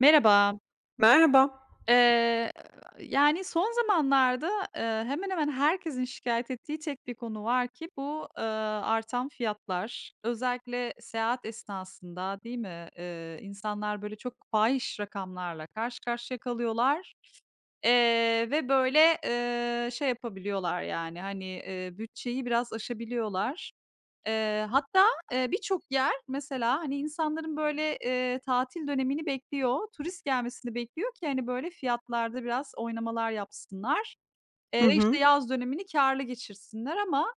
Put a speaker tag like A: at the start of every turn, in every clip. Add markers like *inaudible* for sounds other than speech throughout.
A: Merhaba.
B: Merhaba.
A: Eee, Yani, son zamanlarda, hemen hemen herkesin şikayet ettiği tek bir konu var ki bu, artan fiyatlar. Özellikle seyahat esnasında, değil mi, insanlar, böyle, çok fahiş rakamlarla karşı karşıya kalıyorlar, ve, böyle, şey yapabiliyorlar, yani, hani, bütçeyi biraz aşabiliyorlar. Hatta, birçok yer mesela, hani, insanların, böyle, tatil dönemini bekliyor, turist gelmesini bekliyor ki, hani, böyle, fiyatlarda biraz oynamalar yapsınlar,
B: Hı
A: ve,
B: hı.
A: işte, yaz dönemini kârlı geçirsinler ama,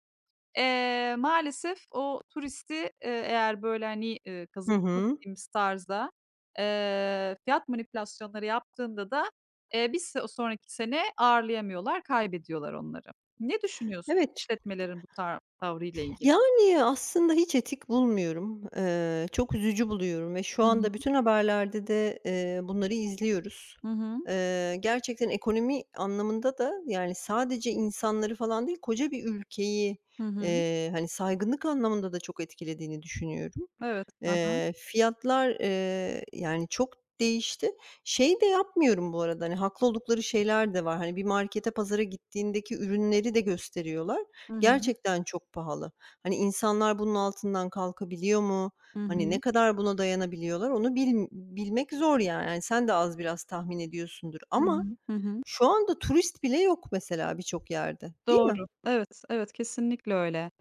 A: maalesef o turisti, eğer, böyle, hani,
B: Hı
A: kazıklama
B: hı.
A: dediğimiz tarzda, fiyat manipülasyonları yaptığında da, bir se sonraki sene ağırlayamıyorlar, kaybediyorlar onları. Ne düşünüyorsun
B: Evet,
A: işletmelerin bu tavrıyla ilgili?
B: yani, aslında hiç etik bulmuyorum. Çok üzücü buluyorum ve şu
A: Hı
B: anda
A: hı.
B: bütün haberlerde de, bunları izliyoruz.
A: Hı hı.
B: Gerçekten ekonomi anlamında da, yani, sadece insanları falan değil, koca bir ülkeyi,
A: Hı hı.
B: hani, saygınlık anlamında da çok etkilediğini düşünüyorum.
A: Evet. Aha.
B: Fiyatlar, yani, çok değişti. Şey de yapmıyorum bu arada, hani, haklı oldukları şeyler de var. Hani, bir markete, pazara gittiğindeki ürünleri de gösteriyorlar.
A: Hı hı.
B: Gerçekten çok pahalı. Hani, insanlar bunun altından kalkabiliyor mu?
A: Hı
B: Hani, ne
A: hı.
B: kadar buna dayanabiliyorlar onu bilmek zor yani. Hani, sen de az biraz tahmin ediyorsundur
A: Hı
B: ama
A: hı. Hı hı.
B: şu anda turist bile yok mesela birçok yerde, değil mi?
A: Doğru. Evet, evet, kesinlikle öyle.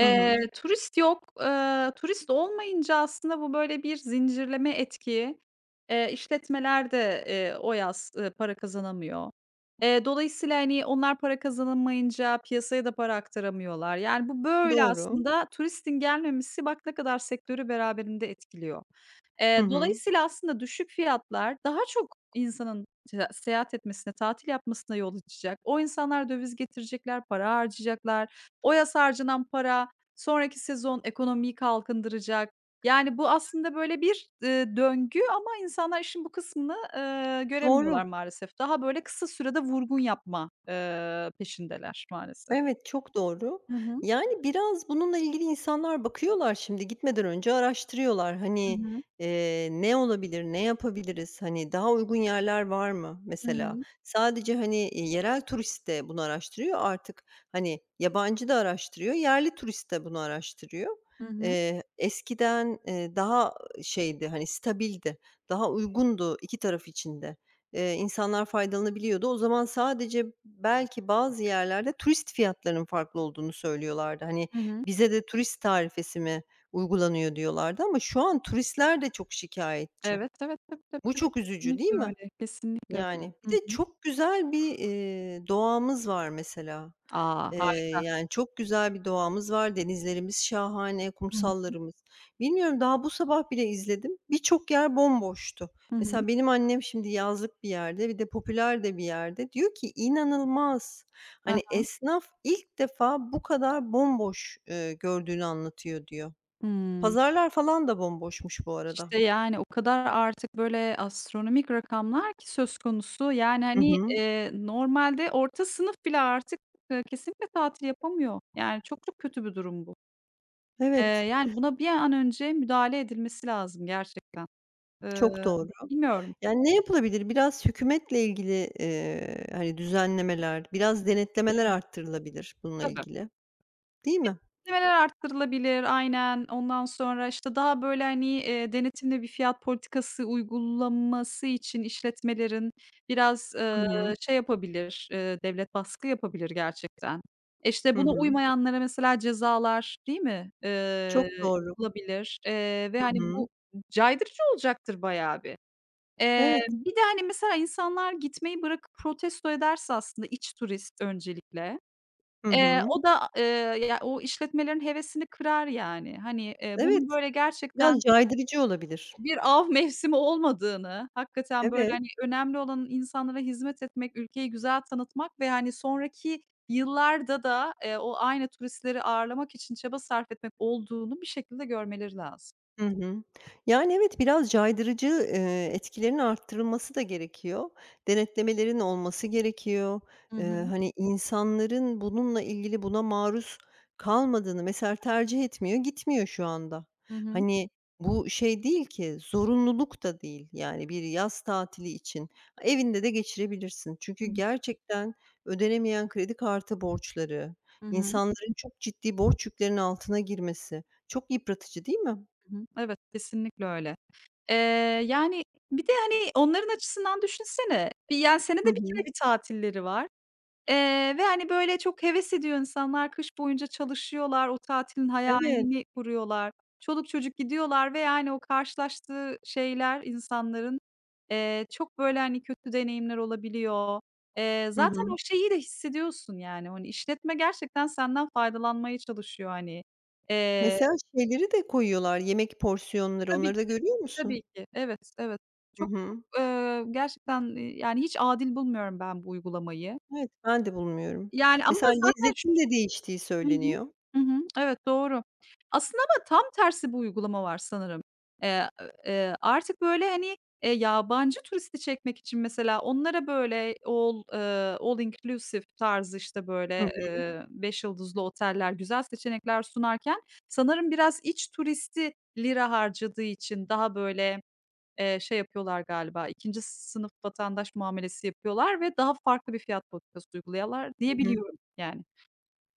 B: Hı hı.
A: Turist yok. Turist olmayınca aslında bu böyle bir zincirleme etki. İşletmeler de, o yaz, para kazanamıyor. Dolayısıyla, hani, onlar para kazanamayınca piyasaya da para aktaramıyorlar. Yani, bu böyle
B: Doğru.
A: aslında turistin gelmemesi bak ne kadar sektörü beraberinde etkiliyor.
B: Hı hı.
A: Dolayısıyla aslında düşük fiyatlar daha çok insanın seyahat etmesine, tatil yapmasına yol açacak. O insanlar döviz getirecekler, para harcayacaklar. O yaz harcanan para sonraki sezon ekonomiyi kalkındıracak. Yani bu aslında böyle bir, döngü ama insanlar işin bu kısmını,
B: Doğru.
A: göremiyorlar maalesef. Daha böyle kısa sürede vurgun yapma, peşindeler maalesef.
B: Evet, çok doğru.
A: Hı hı.
B: Yani, biraz bununla ilgili insanlar bakıyorlar, şimdi gitmeden önce araştırıyorlar.
A: Hı
B: Hani,
A: hı.
B: ne olabilir, ne yapabiliriz, hani, daha uygun yerler var mı
A: Hı
B: mesela?
A: hı.
B: Sadece, hani, yerel turist de bunu araştırıyor artık, hani, yabancı da araştırıyor, yerli turist de bunu araştırıyor.
A: Hı hı.
B: Eskiden daha şeydi, hani, stabildi, daha uygundu 2 taraf içinde. İnsanlar faydalanabiliyordu. O zaman sadece belki bazı yerlerde turist fiyatlarının farklı olduğunu söylüyorlardı. Hani,
A: Hı hı.
B: bize de turist tarifesi mi uygulanıyor diyorlardı ama şu an turistler de çok şikayetçi.
A: Evet, evet.
B: Bu
A: Tabii,
B: çok üzücü değil
A: kesinlikle
B: mi?
A: öyle. Kesinlikle öyle.
B: Yani. Bir de çok güzel bir, doğamız var mesela.
A: A! Harika.
B: Yani, çok güzel bir doğamız var, denizlerimiz şahane,
A: Hı hı.
B: kumsallarımız. Bilmiyorum, daha bu sabah bile izledim, birçok yer bomboştu.
A: Hı hı.
B: Mesela benim annem şimdi yazlık bir yerde, bir de popüler de bir yerde. Diyor ki, inanılmaz. Hani, esnaf ilk defa bu kadar bomboş, gördüğünü anlatıyor, diyor.
A: Hımm.
B: Pazarlar falan da bomboşmuş bu arada.
A: İşte, yani, o kadar artık böyle astronomik rakamlar ki söz konusu. Yani,
B: Hı
A: hani,
B: hı.
A: normalde orta sınıf bile artık, kesinlikle tatil yapamıyor. Yani, çok çok kötü bir durum bu.
B: Evet,
A: Yani, buna bir an önce müdahale edilmesi lazım gerçekten. Eee,
B: çok doğru.
A: Bilmiyorum.
B: Yani, ne yapılabilir? Biraz hükümetle ilgili, hani, düzenlemeler, biraz denetlemeler arttırılabilir bununla
A: Tabii.
B: ilgili, değil mi?
A: Ödemeler arttırılabilir, aynen. Ondan sonra, işte, daha böyle, hani, denetimli bir fiyat politikası uygulaması için işletmelerin biraz,
B: Hı hı.
A: şey yapabilir, devlet baskı yapabilir gerçekten. E, işte,
B: Hı
A: buna
B: hı.
A: uymayanlara mesela cezalar, değil mi,
B: Çok doğru.
A: yapılabilir, ve,
B: Hı
A: hani,
B: hı.
A: bu caydırıcı olacaktır bayağı bir.
B: Evet.
A: Bir de, hani, mesela insanlar gitmeyi bırakıp protesto ederse aslında iç turist öncelikle.
B: Hı hı.
A: O da, ya, o işletmelerin hevesini kırar yani. Hani, bunun
B: Evet,
A: böyle
B: biraz
A: gerçekten
B: caydırıcı olabilir.
A: bir av *laughs* mevsimi olmadığını, hakikaten böyle,
B: Evet.
A: hani, önemli olan insanlara hizmet etmek, ülkeyi güzel tanıtmak ve, hani, sonraki yıllarda da, o aynı turistleri ağırlamak için çaba sarf etmek olduğunu bir şekilde görmeleri lazım.
B: Hı hı. Yani, evet, biraz caydırıcı, etkilerinin arttırılması da gerekiyor. Denetlemelerin olması gerekiyor.
A: Hı
B: Eee,
A: hı.
B: hani, insanların bununla ilgili, buna maruz kalmadığını mesela tercih etmiyor, gitmiyor şu anda.
A: Hı hı.
B: Hani, bu şey değil ki, zorunluluk da değil, yani, bir yaz tatili için. Evinde de geçirebilirsin.
A: Hı
B: Çünkü
A: hı.
B: gerçekten ödenemeyen kredi kartı borçları,
A: Hı hı.
B: insanların çok ciddi borç yüklerinin altına girmesi çok yıpratıcı, değil mi?
A: Hı hı. Evet, kesinlikle öyle. Eee, Yani, bir de, hani, onların açısından düşünsene, bir, yani, senede
B: Hı
A: bir kere
B: hı.
A: bir tatilleri var. Ve, hani, böyle, çok heves ediyor insanlar. Kış boyunca çalışıyorlar, o tatilin
B: Evet.
A: hayalini kuruyorlar. Çoluk çocuk gidiyorlar ve, yani, o karşılaştığı şeyler insanların, çok, böyle, hani, kötü deneyimler olabiliyor.
B: Hı
A: Zaten o
B: hı.
A: şeyi de hissediyorsun, yani, hani, işletme gerçekten senden faydalanmaya çalışıyor, hani. Eee
B: Mesela şeyleri de koyuyorlar, yemek porsiyonları,
A: Tabii
B: onları da
A: ki,
B: görüyor musun?
A: tabii ki. Evet, evet.
B: Hı
A: Çok çok,
B: hı.
A: gerçekten, yani, hiç adil bulmuyorum ben bu uygulamayı.
B: Evet, ben de bulmuyorum.
A: Yani, ama
B: Mesela
A: zaten
B: lezzetin de değiştiği
A: Hı hı.
B: söyleniyor.
A: Hı hı. Evet, doğru. Aslında ama tam tersi bir uygulama var sanırım. Eee, Artık böyle, hani, yabancı turisti çekmek için mesela onlara böyle all inclusive tarzı, işte,
B: Hı
A: böyle,
B: hı,
A: 5 yıldızlı oteller, güzel seçenekler sunarken sanırım biraz iç turisti lira harcadığı için daha böyle, şey yapıyorlar galiba, ikinci sınıf vatandaş muamelesi yapıyorlar ve daha farklı bir fiyat politikası uyguluyorlar
B: hı
A: diyebiliyorum yani.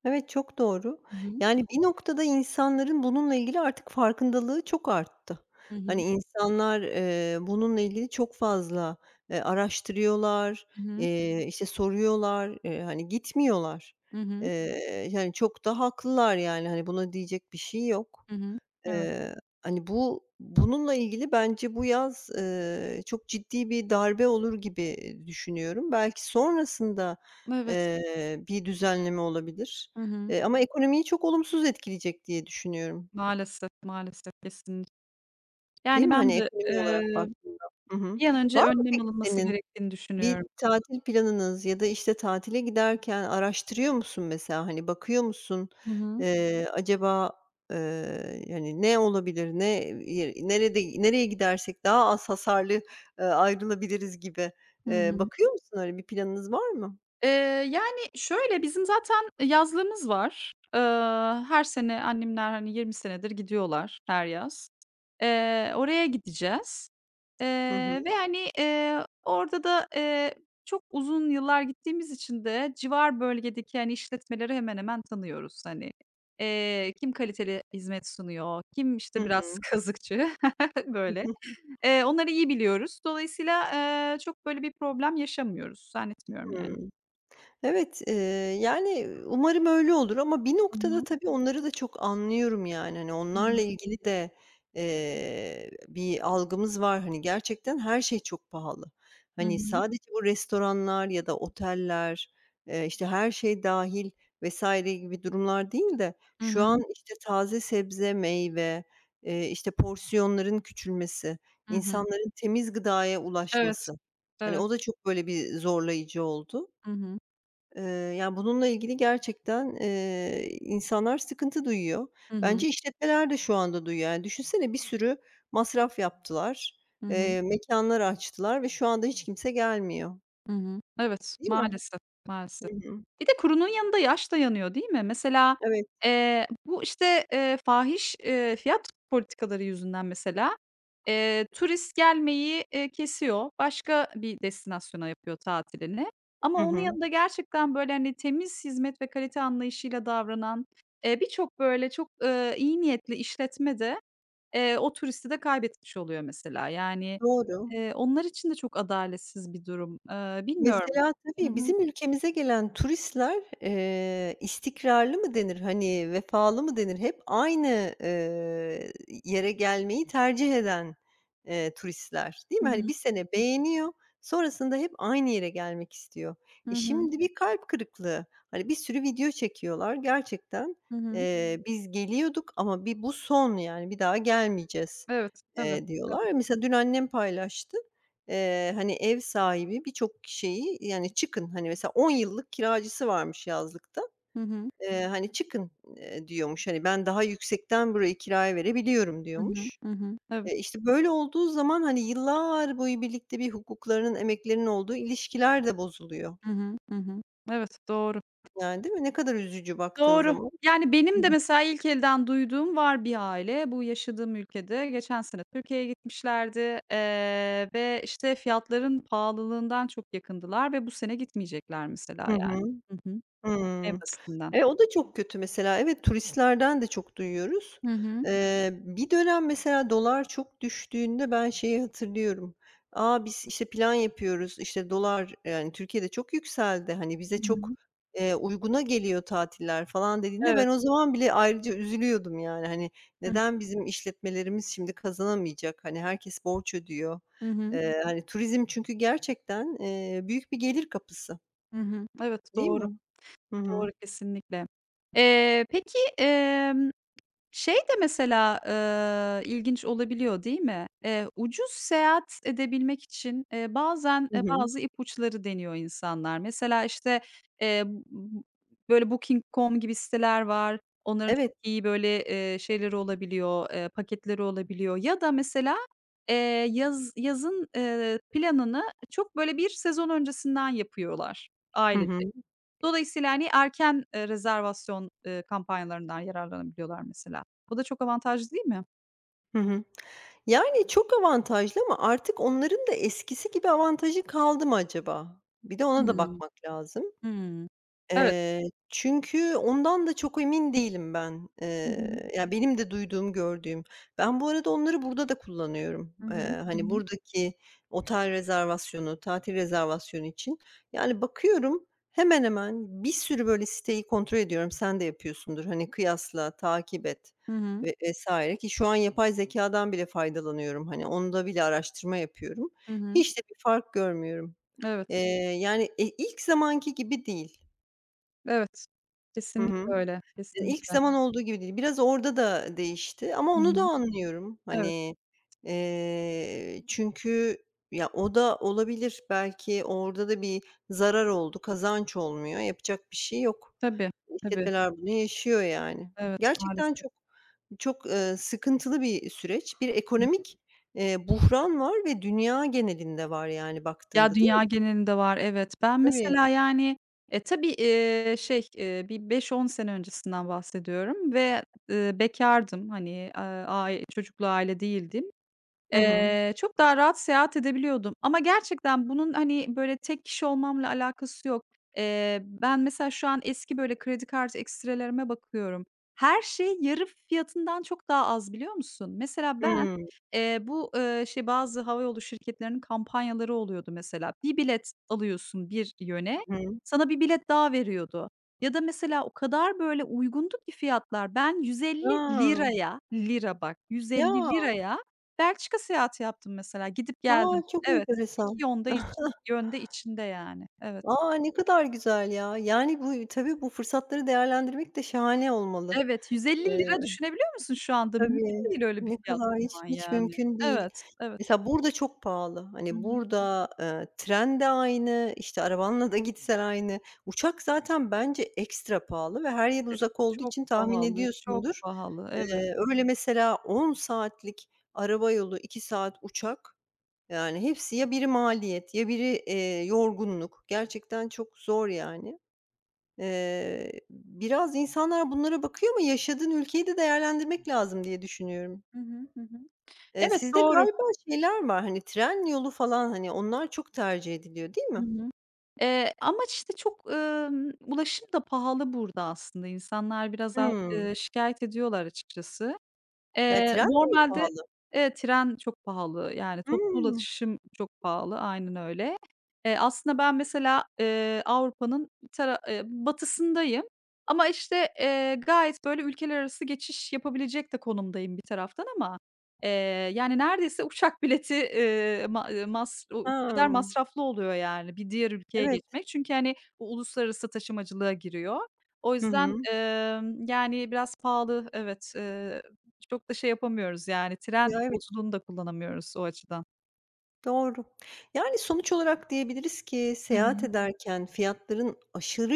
B: evet, çok doğru.
A: Hı hı.
B: Yani bir noktada insanların bununla ilgili artık farkındalığı çok arttı.
A: Hı
B: Hani
A: hı.
B: insanlar, bununla ilgili çok fazla, araştırıyorlar,
A: Hı hı.
B: işte, soruyorlar, hani, gitmiyorlar.
A: Hı hı.
B: Yani, çok da haklılar yani, hani, buna diyecek bir şey yok.
A: Hı hı. Evet.
B: Eee, hani, bu bununla ilgili bence bu yaz, çok ciddi bir darbe olur gibi düşünüyorum. Belki sonrasında,
A: Evet.
B: bir düzenleme olabilir,
A: Hı hı.
B: ama ekonomiyi çok olumsuz etkileyecek diye düşünüyorum.
A: Maalesef, maalesef kesinlikle.
B: Değil
A: Yani
B: mi?
A: ben
B: Hani,
A: de,
B: ekonomi olarak baktığında. Hı hı.
A: bir an
B: Var
A: önce
B: mı
A: önlem
B: peki
A: alınması
B: senin
A: gerektiğini
B: bir
A: düşünüyorum.
B: tatil planınız ya da, işte, tatile giderken araştırıyor musun mesela? Hani, bakıyor musun?
A: Hı hı.
B: Acaba, hani, ne olabilir, ne yer, nerede, nereye gidersek daha az hasarlı, ayrılabiliriz gibi.
A: Hı hı.
B: Bakıyor musun? Öyle bir planınız var mı?
A: Eee, Yani şöyle, bizim zaten yazlığımız var. Her sene annemler, hani, 20 senedir gidiyorlar her yaz. Oraya gideceğiz.
B: Hı hı.
A: Ve, hani, orada da, çok uzun yıllar gittiğimiz için de civar bölgedeki, yani işletmeleri hemen hemen tanıyoruz. Hani, kim kaliteli hizmet sunuyor, kim,
B: Hı
A: işte, biraz
B: hı.
A: *laughs* kazıkçı, *laughs*
B: Hı
A: böyle.
B: hı.
A: Onları iyi biliyoruz. Dolayısıyla, çok böyle bir problem yaşamıyoruz. Zannetmiyorum yani.
B: Evet, yani, umarım öyle olur ama bir
A: Hı
B: noktada
A: hı.
B: tabii onları da çok anlıyorum, yani. Hani,
A: Hı hı.
B: onlarla ilgili de, bir algımız var. Hani, gerçekten her şey çok pahalı.
A: Hı
B: Hani,
A: hı.
B: sadece bu restoranlar ya da oteller, işte, her şey dahil vesaire gibi durumlar değil de
A: Hı
B: şu an,
A: hı.
B: işte, taze sebze, meyve, işte, porsiyonların küçülmesi,
A: Hı hı.
B: insanların temiz gıdaya
A: Evet.
B: ulaşması, hani, o
A: Evet.
B: da çok böyle bir zorlayıcı oldu.
A: Hı hı.
B: Eee, yani, bununla ilgili gerçekten, insanlar sıkıntı duyuyor.
A: Hı hı.
B: Bence işletmeler de şu anda duyuyor. Yani, düşünsene, bir sürü masraf yaptılar,
A: Hı hı.
B: mekânlar açtılar ve şu anda hiç kimse gelmiyor,
A: Hı hı. Evet,
B: değil mi?
A: maalesef, maalesef.
B: Hı hı.
A: Bir de kurunun yanında yaş da yanıyor, değil mi? Mesela,
B: Evet.
A: bu, işte, fahiş, fiyat politikaları yüzünden mesela, turist gelmeyi, kesiyor. Başka bir destinasyona yapıyor tatilini ama
B: Hı
A: onun
B: hı.
A: yanında gerçekten, böyle, hani, temiz hizmet ve kalite anlayışıyla davranan, birçok, böyle, çok, iyi niyetli işletme de, o turisti de kaybetmiş oluyor mesela. Yani,
B: Doğru.
A: onlar için de çok adaletsiz bir durum. Bilmiyorum.
B: Mesela
A: Hı
B: tabii
A: hı.
B: bizim ülkemize gelen turistler, istikrarlı mı denir, hani, vefalı mı denir, hep aynı, yere gelmeyi tercih eden, turistler, değil
A: Hı
B: mi? Hani,
A: hı.
B: bir sene beğeniyor, sonrasında hep aynı yere gelmek istiyor.
A: Hı
B: E,
A: hı.
B: şimdi bir kalp kırıklığı. Hani, bir sürü video çekiyorlar gerçekten.
A: Hı hı.
B: "Biz geliyorduk ama bir bu son, yani, bir daha gelmeyeceğiz,"
A: Evet, tabii, tabii.
B: diyorlar. Mesela dün annem paylaştı. Hani, ev sahibi birçok şeyi, yani, "Çıkın." Hani, mesela 10 yıllık kiracısı varmış yazlıkta.
A: Hı hı.
B: Hani, "Çıkın," diyormuş. Hani, "Ben daha yüksekten burayı kiraya verebiliyorum,"
A: Hı hı.
B: diyormuş.
A: Hı hı. Tabii.
B: İşte, böyle olduğu zaman, hani, yıllar boyu birlikte bir hukuklarının, emeklerinin olduğu ilişkiler de bozuluyor.
A: Hı hı. Hı hı. Evet, doğru.
B: Yani, değil mi? Ne kadar üzücü baktığın
A: Doğru.
B: zaman.
A: Yani, benim de mesela ilk elden duyduğum var bir aile. Bu yaşadığım ülkede geçen sene Türkiye'ye gitmişlerdi, ve, işte, fiyatların pahalılığından çok yakındılar ve bu sene gitmeyecekler mesela,
B: Hı hı.
A: yani. Hı hı. En
B: Hıı.
A: basitinden.
B: E, o da çok kötü mesela. Evet, turistlerden de çok duyuyoruz.
A: Hı hı.
B: Bir dönem mesela dolar çok düştüğünde ben şeyi hatırlıyorum. "A, biz, işte, plan yapıyoruz, işte, dolar, yani, Türkiye'de çok yükseldi, hani, bize
A: Hı
B: çok,
A: hı.
B: uyguna geliyor tatiller," falan dediğinde ben
A: Evet.
B: o zaman bile ayrıca üzülüyordum, yani, hani,
A: Hıh.
B: "Neden bizim işletmelerimiz şimdi kazanamayacak? Hani, herkes borç ödüyor."
A: Hı hı.
B: Hani, turizm çünkü gerçekten, büyük bir gelir kapısı,
A: Hı hı. Evet,
B: değil
A: doğru.
B: mi? Hı
A: Doğru,
B: hı.
A: kesinlikle. Peki, şey de mesela, ilginç olabiliyor, değil mi? Ucuz seyahat edebilmek için, bazen,
B: Hı hı.
A: bazı ipuçları deniyor insanlar. Mesela, işte, eee, b böyle Booking.com gibi siteler var. Onların çok
B: Evet.
A: iyi böyle, şeyleri olabiliyor, paketleri olabiliyor ya da mesela, eee, yazın, planını çok böyle bir sezon öncesinden yapıyorlar
B: Hı hı.
A: ailece. Dolayısıyla, hani, erken, rezervasyon, kampanyalarından yararlanabiliyorlar mesela. Bu da çok avantajlı değil mi?
B: Hı hı. Yani, çok avantajlı ama artık onların da eskisi gibi avantajı kaldı mı acaba? Bir de ona da
A: Hımm.
B: bakmak lazım.
A: Hımm. Evet.
B: Eee, çünkü ondan da çok emin değilim ben.
A: Hı hı.
B: Ya, benim de duyduğum, gördüğüm. Ben bu arada onları burada da kullanıyorum.
A: Hı hı. Hı
B: Hani,
A: hı.
B: buradaki otel rezervasyonu, tatil rezervasyonu için, yani, bakıyorum, hemen hemen bir sürü, böyle, siteyi kontrol ediyorum. Sen de yapıyorsundur. Hani, kıyasla, takip et
A: Hı hı.
B: ve vs. ki şu an yapay zekâdan bile faydalanıyorum. Hani, onda bile araştırma yapıyorum.
A: Hı hı.
B: Hiç de bir fark görmüyorum. Eee,
A: Evet.
B: yani, ilk zamanki gibi değil.
A: Evet.
B: Hı hı.
A: Kesinlikle öyle,
B: İlk
A: kesinlikle.
B: zaman olduğu gibi değil. Biraz orada da değişti ama
A: Hı
B: onu da
A: hı.
B: anlıyorum.
A: Evet.
B: Hani, çünkü ya, o da olabilir. Belki orada da bir zarar oldu, kazanç olmuyor. Yapacak bir şey yok.
A: Tabii, tabii.
B: İşletmeler bunu yaşıyor yani.
A: Evet,
B: Gerçekten
A: maalesef.
B: çok çok, sıkıntılı bir süreç. Bir
A: Hı hı.
B: ekonomik, buhran var ve dünya genelinde var yani
A: Ya,
B: baktığında, değil
A: dünya
B: mi?
A: genelinde var, evet. Ben
B: Tabii.
A: mesela, yani, e, tabii, şey, bir beş on sene öncesinden bahsediyorum ve, bekârdım. Hani, aaa, ai çocuklu aile değildim.
B: Hı hı.
A: Çok daha rahat seyahat edebiliyordum ama gerçekten bunun, hani, böyle, tek kişi olmamla alakası yok. Ben mesela şu an eski, böyle, kredi kartı ekstrelerime bakıyorum. Her şey yarı fiyatından çok daha az, biliyor musun? Mesela ben,
B: Hımm.
A: bu, şey, bazı havayolu şirketlerinin kampanyaları oluyordu mesela. Bir bilet alıyorsun bir yöne,
B: Hı hı.
A: sana bir bilet daha veriyordu. Ya da mesela o kadar, böyle, uygundu ki fiyatlar. Ben yüz elli
B: A!
A: liraya lira bak, yüz elli
B: Ya!
A: liraya Belçika seyahati yaptım mesela, gidip
B: A,
A: geldim.
B: çok
A: Evet, 2
B: enteresan.
A: yonda iç yönde içinde yani. Evet.
B: A! Ne kadar güzel ya. Yani, bu tabii, bu fırsatları değerlendirmek de şahane olmalı.
A: Evet, yüz elli
B: Eee,
A: lira düşünebiliyor musun şu anda?
B: tabii.
A: Mümkün değil öyle bir
B: Ne
A: fiyat
B: kadar, hiç
A: bulman
B: hiç
A: yani.
B: mümkün değil.
A: Evet, evet.
B: Mesela burada çok pahalı.
A: Hı
B: Hani,
A: hı.
B: burada, tren de aynı, işte, arabanla da gitsen aynı. Uçak zaten bence ekstra pahalı ve her yer
A: E,
B: uzak olduğu
A: çok
B: için tahmin
A: pahalı, çok
B: ediyorsundur.
A: pahalı. Evet.
B: Öyle mesela 10 saatlik araba yolu, 2 saat uçak, yani, hepsi ya biri maliyet ya biri, yorgunluk. Gerçekten çok zor yani. Biraz insanlar bunlara bakıyor ama yaşadığın ülkeyi de değerlendirmek lazım diye düşünüyorum.
A: Hı hı, hı hı. Evet,
B: Sizde
A: doğru.
B: galiba şeyler var, hani, tren yolu falan, hani, onlar çok tercih ediliyor, değil
A: Hı
B: mi?
A: hı. Ama işte çok, ulaşım da pahalı burada aslında. İnsanlar biraz a
B: Hımm.
A: şikâyet ediyorlar açıkçası.
B: Ya, tren mi
A: Normalde.
B: pahalı?
A: Evet, tren çok pahalı. Yani, toplu
B: Hımm.
A: ulaşım çok pahalı. Aynen öyle. Aslında ben mesela, Avrupa'nın bir tara batısındayım ama, işte, gayet böyle ülkeler arası geçiş yapabilecek de konumdayım bir taraftan ama, eee, yani, neredeyse uçak bileti, ma mas o
B: Ha.
A: kadar masraflı oluyor, yani, bir diğer ülkeye
B: Evet.
A: geçmek. Çünkü, hani, bu uluslararası taşımacılığa giriyor. O
B: Hı
A: yüzden,
B: hı.
A: yani, biraz pahalı. Evet, çok da şey yapamıyoruz, yani, tren
B: Ya, evet.
A: yolculuğunu da kullanamıyoruz o açıdan.
B: Doğru. Yani, sonuç olarak diyebiliriz ki
A: Hı
B: seyahat
A: hı.
B: ederken fiyatların aşırı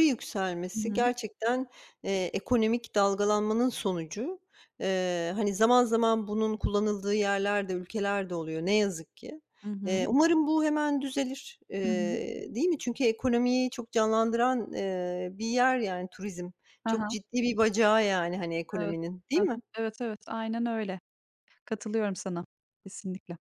A: Hı
B: yükselmesi
A: hı.
B: gerçekten, ekonomik dalgalanmanın sonucu. Hani, zaman zaman bunun kullanıldığı yerlerde, ülkelerde oluyor ne yazık ki.
A: Hı hı.
B: Umarım bu hemen düzelir,
A: Hı hı.
B: değil mi? Çünkü ekonomiyi çok canlandıran, bir yer, yani, turizm.
A: Hı
B: Çok
A: hı.
B: ciddi bir bacağı, yani, hani,
A: Evet.
B: ekonominin,
A: Hı
B: değil
A: hı.
B: mi?
A: Evet, evet. Aynen öyle. Katılıyorum sana. Kesinlikle.